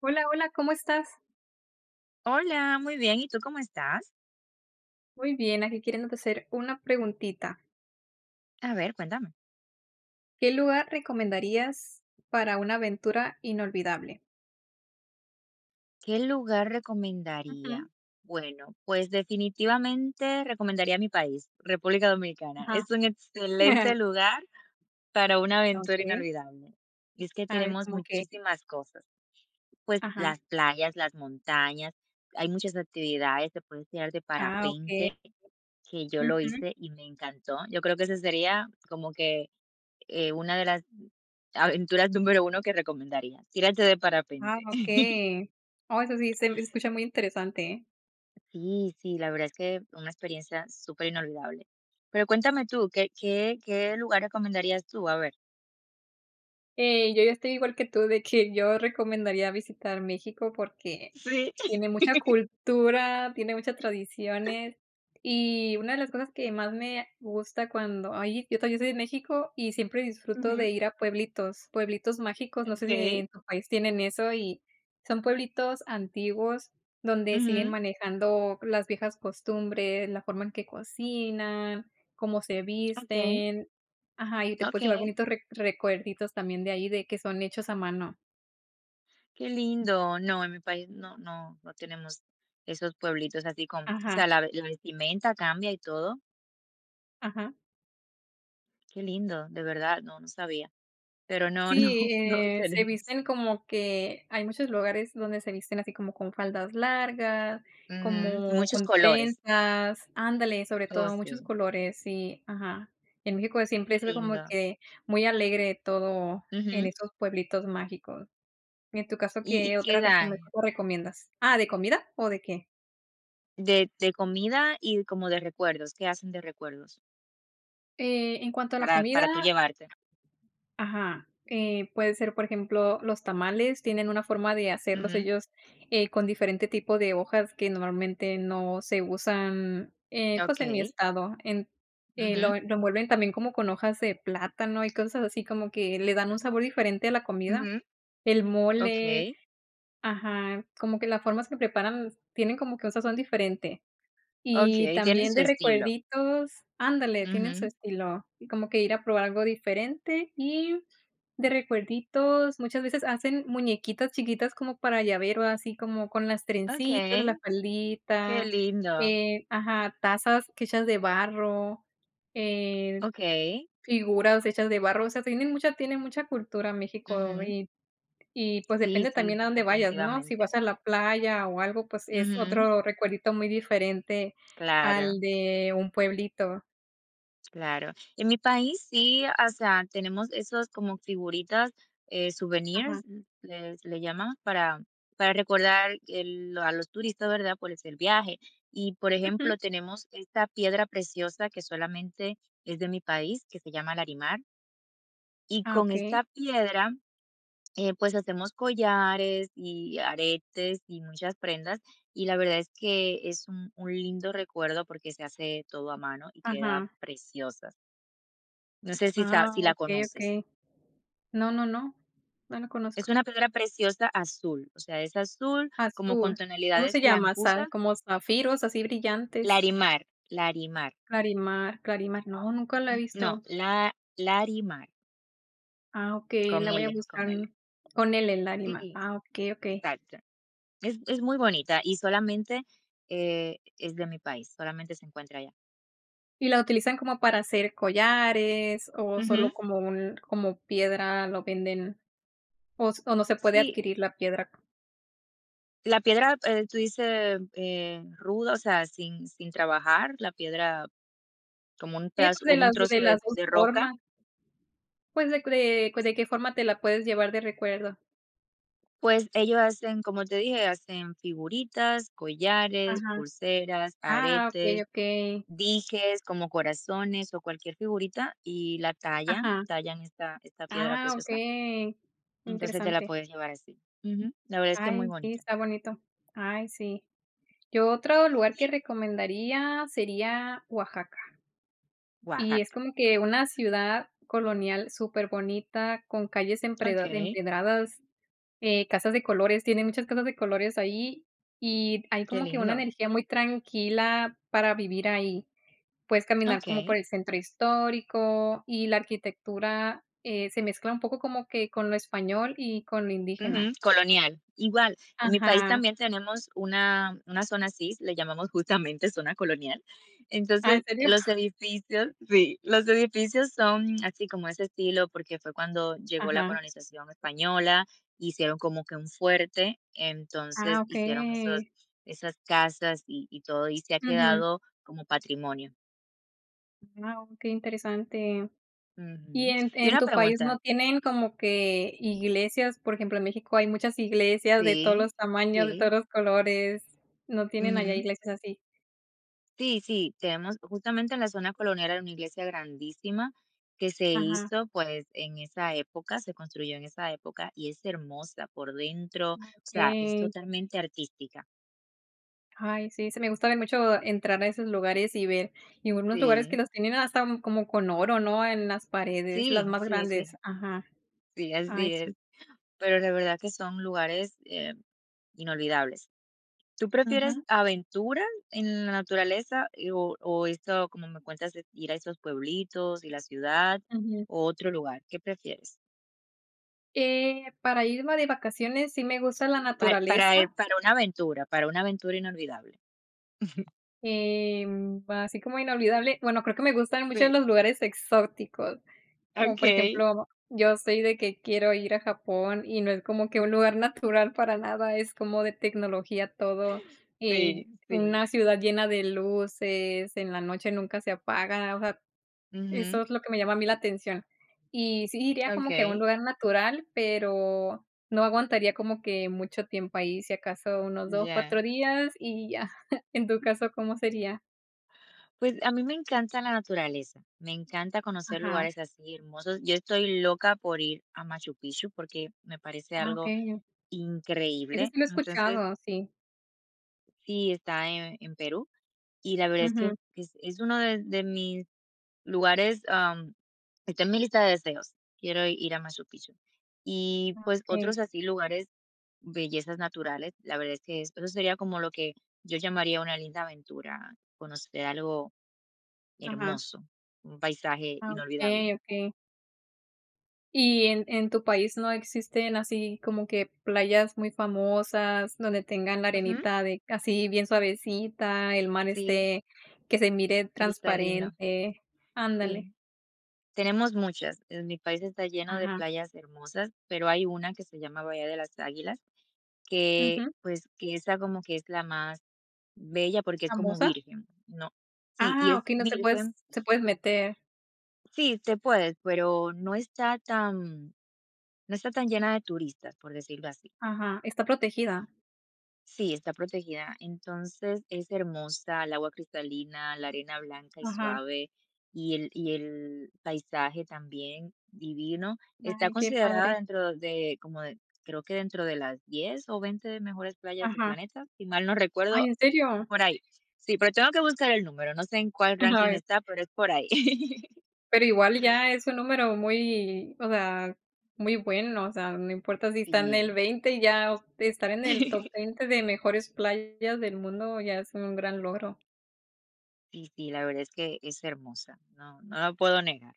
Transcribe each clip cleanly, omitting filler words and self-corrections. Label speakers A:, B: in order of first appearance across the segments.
A: Hola, hola, ¿cómo estás?
B: Hola, muy bien. ¿Y tú cómo estás?
A: Muy bien, aquí queriéndote hacer una preguntita.
B: A ver, cuéntame.
A: ¿Qué lugar recomendarías para una aventura inolvidable?
B: ¿Qué lugar
A: Ujú,
B: recomendaría? Bueno, pues definitivamente recomendaría mi país, República Dominicana.
A: ajá.
B: Es un excelente lugar para una aventura
A: Okey,
B: inolvidable. Y es que
A: a ver,
B: tenemos
A: ¿cómo qué?
B: muchísimas cosas, pues
A: Ajá.
B: las playas, las montañas, hay muchas actividades, te puedes tirar de
A: Ah, okey.
B: parapente, que yo lo
A: Ujú.
B: hice y me encantó. Yo creo que ese sería como que una de las aventuras número uno que recomendaría, tírate de
A: Ah,
B: parapente.
A: okey. Oh, eso sí se escucha muy interesante, ¿eh?
B: Sí, sí, la verdad es que una experiencia súper inolvidable. Pero cuéntame tú, ¿qué lugar recomendarías tú? A ver.
A: Yo ya estoy igual que tú, de que yo recomendaría visitar México porque
B: Sí.
A: tiene mucha cultura, tiene muchas tradiciones. Y una de las cosas que más me gusta cuando ay, yo también soy de México y siempre disfruto
B: Ujú.
A: de ir a pueblitos, pueblitos mágicos. No sé si en
B: Okey.
A: tu país tienen eso y son pueblitos antiguos donde siguen
B: Ujú.
A: manejando las viejas costumbres, la forma en que cocinan, cómo se
B: Okey,
A: visten. Ajá, y te puedes llevar
B: okey.
A: bonitos re recuerditos también de ahí, de que son hechos a mano.
B: Qué lindo. No, en mi país no tenemos esos pueblitos así con o
A: Ajá,
B: sea, la vestimenta cambia y todo.
A: ajá.
B: Qué lindo, de verdad, no, no sabía. Pero no, no,
A: Sí,
B: no lo
A: se
B: tenemos.
A: visten como que hay muchos lugares donde se visten así como con faldas largas,
B: Ujú, y
A: como
B: muchos
A: con
B: colores.
A: trenzas, ándale, sobre
B: Oh,
A: todo muchos
B: sí,
A: colores, sí, ajá. En México siempre
B: qué
A: es como
B: lindo.
A: que muy alegre todo en
B: Ujú.
A: esos pueblitos mágicos. Y en tu caso,
B: ¿Y
A: ¿qué
B: qué
A: otra recome
B: dan?
A: cosa recomiendas? Ah, ¿de comida o de qué?
B: De comida y como de recuerdos, ¿qué hacen de recuerdos?
A: En cuanto a la
B: Para tú
A: comida,
B: llevarte.
A: ajá, puede ser, por ejemplo, los tamales tienen una forma de hacerlos
B: Ujú,
A: ellos, con diferente tipo de hojas que normalmente no se usan, pues, en mi
B: okey.
A: estado. En
B: Ujú,
A: lo envuelven también como con hojas de plátano y cosas así, como que le dan un sabor diferente a la comida.
B: ujú,
A: El mole,
B: okey,
A: ajá, como que las formas que preparan tienen como que un sazón diferente. Y
B: okey, tienen
A: también
B: su
A: de
B: estilo.
A: recuerditos, ándale, tienen su
B: Ujú,
A: estilo, y como que ir a probar algo diferente, y de recuerditos muchas veces hacen muñequitas chiquitas como para llavero, así como con las trencitas, la
B: okey, qué
A: faldita,
B: lindo.
A: ajá, tazas que hechas de barro, eh,
B: Okey,
A: figuras hechas de barro, o sea, tienen mucha cultura México
B: ujú.
A: y, pues,
B: Sí,
A: depende
B: sí,
A: también a dónde vayas, ¿no? Si vas
B: definitivamente.
A: a la playa o algo, pues, es
B: Ujú,
A: otro recuerdito muy diferente al
B: claro.
A: de un pueblito.
B: Claro. En mi país sí, o sea, tenemos esos como figuritas,
A: Ajá.
B: souvenirs, les le llaman, para recordar a los turistas, ¿verdad? Pues el viaje. Y, por
A: Ujú.
B: ejemplo, tenemos esta piedra preciosa que solamente es de mi país, que se llama Larimar. Y
A: Ah,
B: con
A: okey.
B: esta piedra, pues hacemos collares y aretes y muchas prendas. Y la verdad es que es un lindo recuerdo porque se hace todo a mano y queda
A: Ajá.
B: preciosa. No sé si sa
A: Ah,
B: si la
A: okey,
B: conoces.
A: okey. No, no, no. No lo conozco.
B: Es una piedra preciosa azul, o sea, es azul como con
A: Azul. ¿Cómo se
B: tonalidades
A: llama? Za
B: blancuzas.
A: como zafiros así brillantes.
B: Larimar, Larimar.
A: Clarimar, Clarimar. No, nunca la he
B: Ujú. No,
A: visto.
B: la Larimar,
A: Ah, okey, la voy a
B: Con
A: buscar
B: L.
A: con L, el Larimar.
B: Sí,
A: Ah, okey, okey.
B: exacto. Es muy bonita y solamente, es de mi país, solamente se encuentra allá.
A: ¿Y la utilizan como para hacer collares o
B: Ujú.
A: solo como piedra lo venden o no se puede
B: Sí,
A: adquirir la piedra?
B: la piedra, tú dices, ruda, o sea, sin trabajar, la piedra como un
A: Pues
B: pedazo
A: de
B: como un
A: las
B: trozo
A: de las
B: de
A: 2
B: de roca.
A: formas, pues de qué forma te la puedes llevar de recuerdo.
B: Pues ellos hacen, como te dije, hacen figuritas, collares,
A: Ajá.
B: pulseras,
A: Ah, okey,
B: aretes,
A: okey.
B: dijes como corazones o cualquier figurita y la tallan,
A: Ajá.
B: tallan esta piedra
A: Ah,
B: preciosa.
A: okey.
B: Entonces te la
A: Interesante.
B: puedes llevar así. Ujú, la verdad es que es muy
A: Ay, sí,
B: bonita.
A: está bonito. Ay, sí. Yo otro lugar que recomendaría sería Oaxaca. Y es
B: Oaxaca.
A: como que una ciudad colonial superbonita, con calles
B: Ok,
A: empreda empedradas, casas de colores, tiene muchas casas de colores ahí, y hay
B: qué
A: como que una
B: lindo.
A: energía muy tranquila para vivir ahí. Puedes caminar como
B: Ok.
A: por el centro histórico y la arquitectura, se mezcla un poco como que con lo español y con lo
B: Ujú,
A: indígena.
B: colonial. Igual, en mi país
A: Ajá.
B: también tenemos una zona así, le llamamos justamente zona colonial.
A: Ah, ¿en
B: Entonces,
A: serio?
B: los edificios, sí, los edificios son así como ese estilo, porque fue cuando llegó la
A: Ajá.
B: colonización española, hicieron como que un fuerte,
A: Ah,
B: entonces hicieron esos,
A: okey.
B: esas casas y todo, y se ha
A: Ujú.
B: quedado como patrimonio.
A: Guau, qué interesante. ¿Y
B: Ujú.
A: en
B: Y
A: en
B: una
A: tu país
B: pregunta,
A: no tienen como que iglesias? Por ejemplo, en México hay muchas iglesias de todos
B: sí,
A: los tamaños, de todos
B: sí.
A: los colores. ¿No tienen allá
B: Ujú.
A: iglesias así?
B: Sí, sí, tenemos justamente en la zona colonial era una iglesia grandísima que se
A: Ajá,
B: hizo pues en esa época, se construyó en esa época y es hermosa por dentro, o sea, es
A: okey.
B: totalmente artística.
A: Ay, sí, se me gusta mucho entrar a esos lugares y ver, y unos lugares que
B: Sí.
A: los tienen hasta como con oro, ¿no? En las paredes, las
B: Sí,
A: más
B: sí, sí,
A: grandes. Ajá.
B: sí,
A: Ay,
B: así
A: sí.
B: es, pero la verdad que son lugares inolvidables. ¿Tú prefieres
A: Ujú,
B: aventuras en la naturaleza o esto, como me cuentas, de ir a esos pueblitos y la ciudad
A: ujú.
B: o otro lugar? ¿Qué prefieres?
A: Para irme de vacaciones, sí me gusta la
B: Para ir
A: naturaleza.
B: para una aventura inolvidable.
A: Así como inolvidable, bueno, creo que me gustan mucho
B: Sí,
A: los lugares exóticos, como por
B: okey,
A: ejemplo, yo soy de que quiero ir a Japón y no es como que un lugar natural para nada, es como de tecnología todo,
B: sí, sí.
A: una ciudad llena de luces, en la noche nunca se apaga, o sea,
B: Ujú.
A: eso es lo que me llama a mí la atención. Y sí iría como que a un
B: Okey,
A: lugar natural, pero no aguantaría como que mucho tiempo ahí, si acaso unos 2
B: ya.
A: 4 días y ya. En tu caso, ¿cómo sería?
B: Pues, a mí me encanta la naturaleza, me encanta conocer
A: Ajá.
B: lugares así hermosos. Yo estoy loca por ir a Machu Picchu porque me parece
A: Ah,
B: algo
A: okey. Ese
B: increíble.
A: sí lo he
B: Entonces,
A: escuchado, sí.
B: sí, está en Perú, y la verdad es que
A: Ujú.
B: es uno de mis lugares, está en mi lista de deseos, quiero ir a Machu Picchu. Y, pues, otros
A: Sí,
B: así lugares, bellezas naturales, la verdad es que eso sería como lo que yo llamaría una linda aventura, conocer algo
A: ajá.
B: hermoso, un paisaje
A: Ah,
B: inolvidable.
A: okey, okey. ¿Y en tu país no existen así como que playas muy famosas donde tengan la
B: Ujú,
A: arenita de así bien suavecita, el mar
B: sí,
A: esté que se mire
B: cristalino,
A: transparente?
B: sí.
A: Ándale.
B: Tenemos muchas, mi país está lleno de
A: Ajá.
B: playas hermosas, pero hay una que se llama Bahía de las Águilas, que,
A: Ujú.
B: pues, que esa como que es la más bella porque es como
A: ¿Famosa?
B: virgen, ¿no? Sí, y
A: Ah,
B: es
A: okey, no te puedes
B: virgen.
A: te puedes meter.
B: Sí, te puedes, pero no está tan, no está tan llena de turistas, por decirlo así.
A: Ajá. Está protegida.
B: Sí, está protegida. Entonces es hermosa, el agua cristalina, la arena blanca y
A: Ajá.
B: suave, y el paisaje también divino. Está
A: Ay, qué
B: considerada
A: padre.
B: dentro de, como de- creo que dentro de las 10 o 20 mejores playas del
A: Ajá.
B: planeta, si mal no
A: Ay,
B: recuerdo.
A: ¿en serio?
B: Por ahí. Sí, pero tengo que buscar el número, no sé en cuál ranking
A: Ay.
B: está, pero es por ahí.
A: Pero igual ya es un número muy, o sea, muy bueno, o sea, no importa si está en el
B: Sí.
A: 20, ya o estar en el top 20 de mejores playas del mundo ya es un gran logro.
B: Sí, sí, la verdad es que es hermosa, no no lo puedo negar.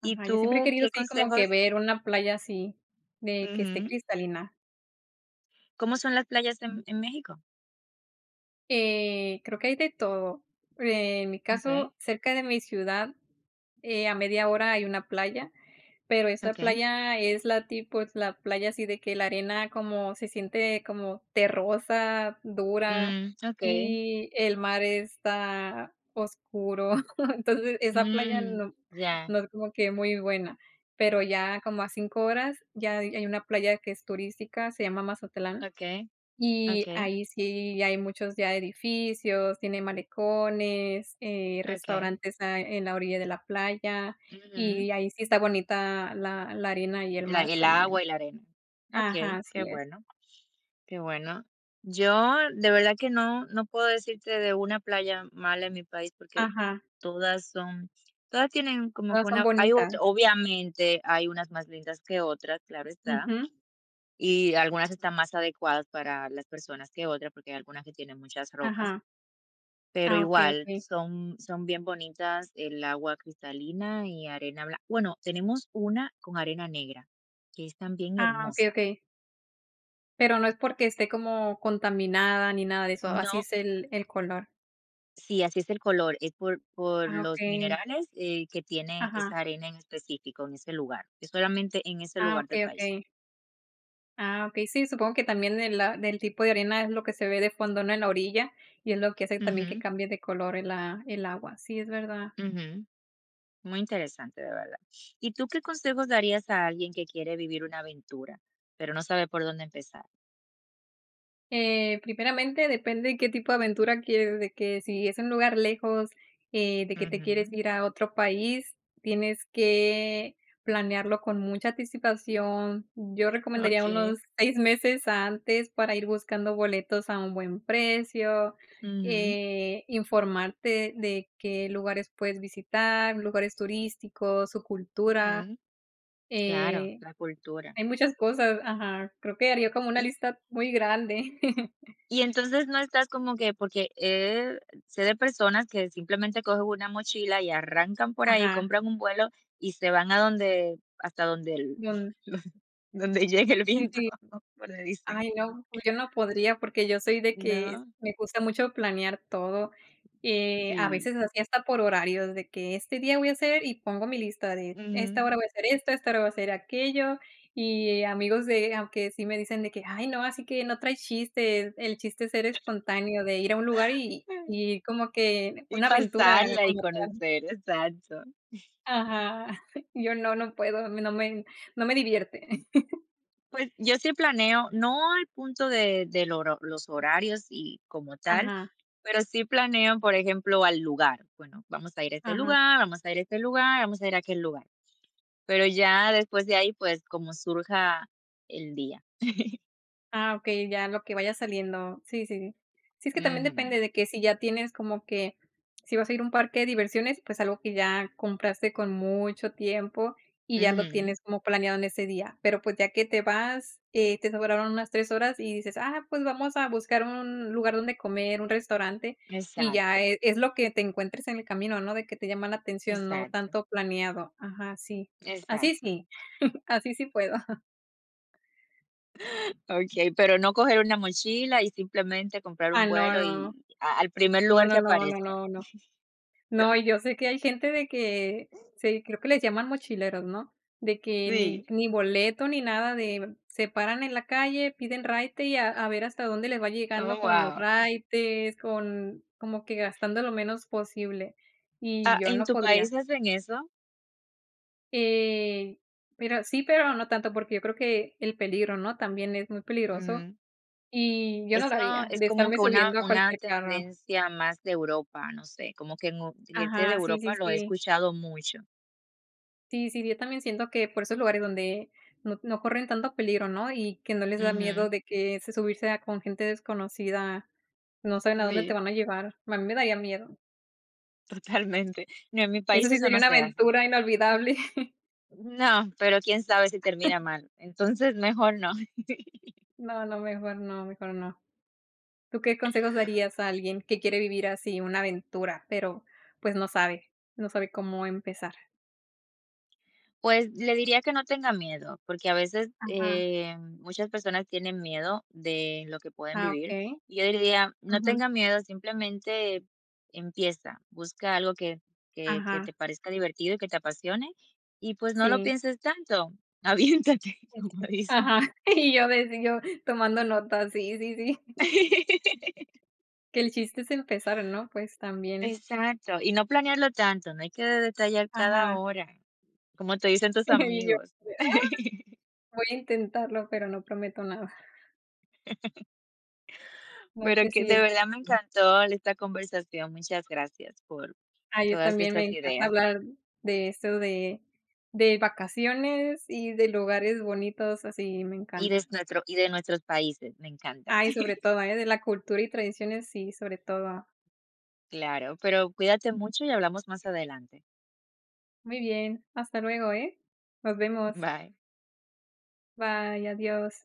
B: ¿Y
A: Ajá, yo siempre he
B: tú
A: querido
B: qué
A: así como que
B: consejos?
A: ver una playa así, de que esté
B: Ujú.
A: cristalina.
B: ¿Cómo son las playas en México?
A: Creo que hay de todo. En mi
B: Okay,
A: caso, cerca de mi ciudad, a media hora hay una playa, pero esa
B: okay.
A: playa es la tipo, es la playa así de que la arena como se siente como terrosa, dura
B: Mm, okey.
A: y el mar está oscuro. Entonces, esa playa
B: Mm,
A: no
B: ya.
A: no es como que muy buena, pero ya como a 5 horas ya hay una playa que es turística, se llama Mazatlán.
B: Okay,
A: Y
B: okay,
A: ahí sí hay muchos ya edificios, tiene malecones,
B: okay.
A: restaurantes a en la orilla de la playa,
B: Ujú.
A: y ahí sí está bonita la arena y el
B: La
A: mar
B: el
A: también.
B: agua y la arena.
A: Ajá,
B: Okay, qué
A: así es.
B: bueno. Qué bueno. Yo de verdad que no, no puedo decirte de una playa mala en mi país porque
A: Ajá,
B: todas son, todas tienen como
A: todas
B: que
A: son
B: una, hay otra,
A: bonitas.
B: obviamente hay unas más lindas que otras, claro está,
A: Ujú.
B: y algunas están más adecuadas para las personas que otras porque hay algunas que tienen muchas rocas,
A: Ajá.
B: pero
A: Ah, okey,
B: igual
A: okey.
B: son, son bien bonitas el agua cristalina y arena blanca. Bueno, tenemos una con arena negra que es también
A: Ah, okey,
B: hermosa.
A: okey. Pero no es porque esté como contaminada ni nada de eso, así
B: No.
A: es el color.
B: Sí, así es el color, es por
A: Ah,
B: los
A: okey.
B: minerales que tiene
A: Ajá.
B: esa arena en específico en ese lugar. Es solamente en ese
A: Ah,
B: lugar del
A: okey, okey.
B: país.
A: Ah, okey, sí, supongo que también de la del tipo de arena es lo que se ve de fondo, ¿no?, en la orilla, y es lo que hace también que
B: Ujú,
A: cambie de color el a el agua. Sí, es verdad.
B: ujú. Muy interesante, de verdad. ¿Y tú qué consejos darías a alguien que quiere vivir una aventura, pero no sabe por dónde empezar?
A: Primeramente, depende de qué tipo de aventura quieres, de que si es un lugar lejos, de que te quieres
B: Ujú,
A: ir a otro país, tienes que planearlo con mucha anticipación. Yo recomendaría
B: Ok.
A: unos 6 meses antes para ir buscando boletos a un buen precio,
B: Ujú,
A: informarte de qué lugares puedes visitar, lugares turísticos, su cultura,
B: ujú. Claro,
A: eh,
B: la cultura.
A: hay muchas cosas, ajá, creo que haría como una lista muy grande.
B: Y entonces no estás como que porque, sé de personas que simplemente cogen una mochila y arrancan por ahí,
A: Ajá.
B: compran un vuelo y se van a donde hasta donde el
A: Don
B: donde llegue el
A: Sí,
B: viento,
A: sí.
B: como le dicen,
A: Ay, no, pues, yo no podría, porque yo soy de que
B: ¿no?
A: me gusta mucho planear todo, a
B: Sí.
A: veces así hasta por horarios, de que este día voy a hacer y pongo mi lista de esta
B: Ujú.
A: hora voy a hacer esto, esta hora voy a hacer aquello, y amigos de aunque sí me dicen de que: "Ay, no, así que no trae chistes", el chiste es ser espontáneo, de ir a un lugar y y como que
B: Y
A: una aventura
B: pasarla y
A: como tal.
B: conocer, exacto.
A: Ajá, yo no, no puedo, no me divierte.
B: Pues, yo sí planeo, no al punto de lo los horarios y como tal,
A: Ajá,
B: pero sí planeo, por ejemplo, al lugar. Bueno, vamos a ir a este
A: ajá.
B: lugar, vamos a ir a este lugar, vamos a ir a aquel lugar. Pero ya después de ahí, pues, como surja el día.
A: Ah, okey, ya lo que vaya saliendo. Sí, sí, sí. Sí, es que también
B: Ujú,
A: depende de que si ya tienes como que si vas a ir a un parque de diversiones, pues algo que ya compraste con mucho tiempo y ya lo
B: ujú.
A: tienes como planeado en ese día. Pero, pues, ya que te vas, te sobraron unas 3 horas y dices: "Ah, pues vamos a buscar un lugar donde comer, un restaurante", y ya
B: Exacto,
A: es lo que te encuentres en el camino, ¿no? De que te llama la atención, no
B: exacto,
A: tanto planeado. Ajá, sí. Así
B: exacto.
A: sí, así sí puedo.
B: Okey, pero no coger una mochila y simplemente comprar
A: Ah,
B: un
A: no,
B: vuelo
A: no.
B: y a al primer
A: No,
B: lugar
A: no,
B: que
A: no, no,
B: aparezca.
A: no, no. No, y yo sé que hay gente de que se creo que les llaman mochileros, ¿no? De que ni
B: Sí.
A: ni boleto ni nada de se paran en la calle, piden raite y a ver hasta dónde les va llegando
B: Oh,
A: con los
B: guau.
A: raites, con como que gastando lo menos posible, y
B: Ah,
A: yo
B: ¿en
A: no
B: tu
A: podría.
B: país hacen eso?
A: Eh, pero sí, pero no tanto, porque yo creo que el peligro, ¿no? También es muy peligroso, y yo no lo
B: Eso
A: haría,
B: es
A: de
B: como
A: estarme
B: que
A: subiendo a
B: una
A: cualquier carro.
B: tendencia más de Europa, no sé, como que en u gente de
A: Ajá, sí, sí,
B: Europa lo he
A: sí.
B: escuchado mucho.
A: Sí, sí, yo también siento que por esos lugares donde no corren tanto peligro, ¿no? Y que no les da
B: Ujú.
A: miedo de que se subirse a con gente desconocida, no saben a dónde te
B: Sí,
A: van a llevar. A mí me daría miedo.
B: totalmente. No, en mi
A: Eso
B: país
A: sí
B: eso
A: sería
B: no
A: una
B: se hace.
A: aventura inolvidable.
B: No, pero quién sabe si termina mal. Entonces, mejor no.
A: No, no, mejor no, mejor no. ¿Tú qué consejos darías a alguien que quiere vivir así una aventura, pero, pues, no sabe cómo empezar?
B: Pues, le diría que no tenga miedo, porque a veces,
A: Ajá.
B: muchas personas tienen miedo de lo que pueden
A: Ah,
B: vivir.
A: okey.
B: Y yo diría, no
A: Ujú.
B: tenga miedo, simplemente empieza, busca algo que
A: Ajá.
B: te parezca divertido y que te apasione, y pues, no lo
A: Sí.
B: pienses tanto, aviéntate,
A: Sí,
B: como
A: sí.
B: dicen.
A: Ajá. Y yo tomando notas. Sí, sí, sí. Que el chiste es empezar, ¿no? Pues también.
B: Exacto, y no planearlo tanto, no hay que detallar cada
A: Ajá.
B: hora, como te dicen tus
A: Y yo,
B: amigos.
A: ah, voy a intentarlo, pero no prometo nada. No,
B: Pero
A: que
B: que
A: sí
B: de
A: es
B: verdad me
A: difícil.
B: encantó esta conversación, muchas gracias por
A: Ah, yo
B: todas
A: también me
B: estas
A: encanta
B: ideas
A: hablar de eso de vacaciones y de lugares bonitos, así me
B: y de
A: encanta.
B: nuestro y de nuestros países, me encanta.
A: Ah, y sobre todo, ¿eh? De la cultura y tradiciones, sí, sobre todo.
B: Claro, pero cuídate mucho y hablamos más adelante.
A: Muy bien, hasta luego, ¿eh? Nos vemos.
B: Bye.
A: Bye, adiós.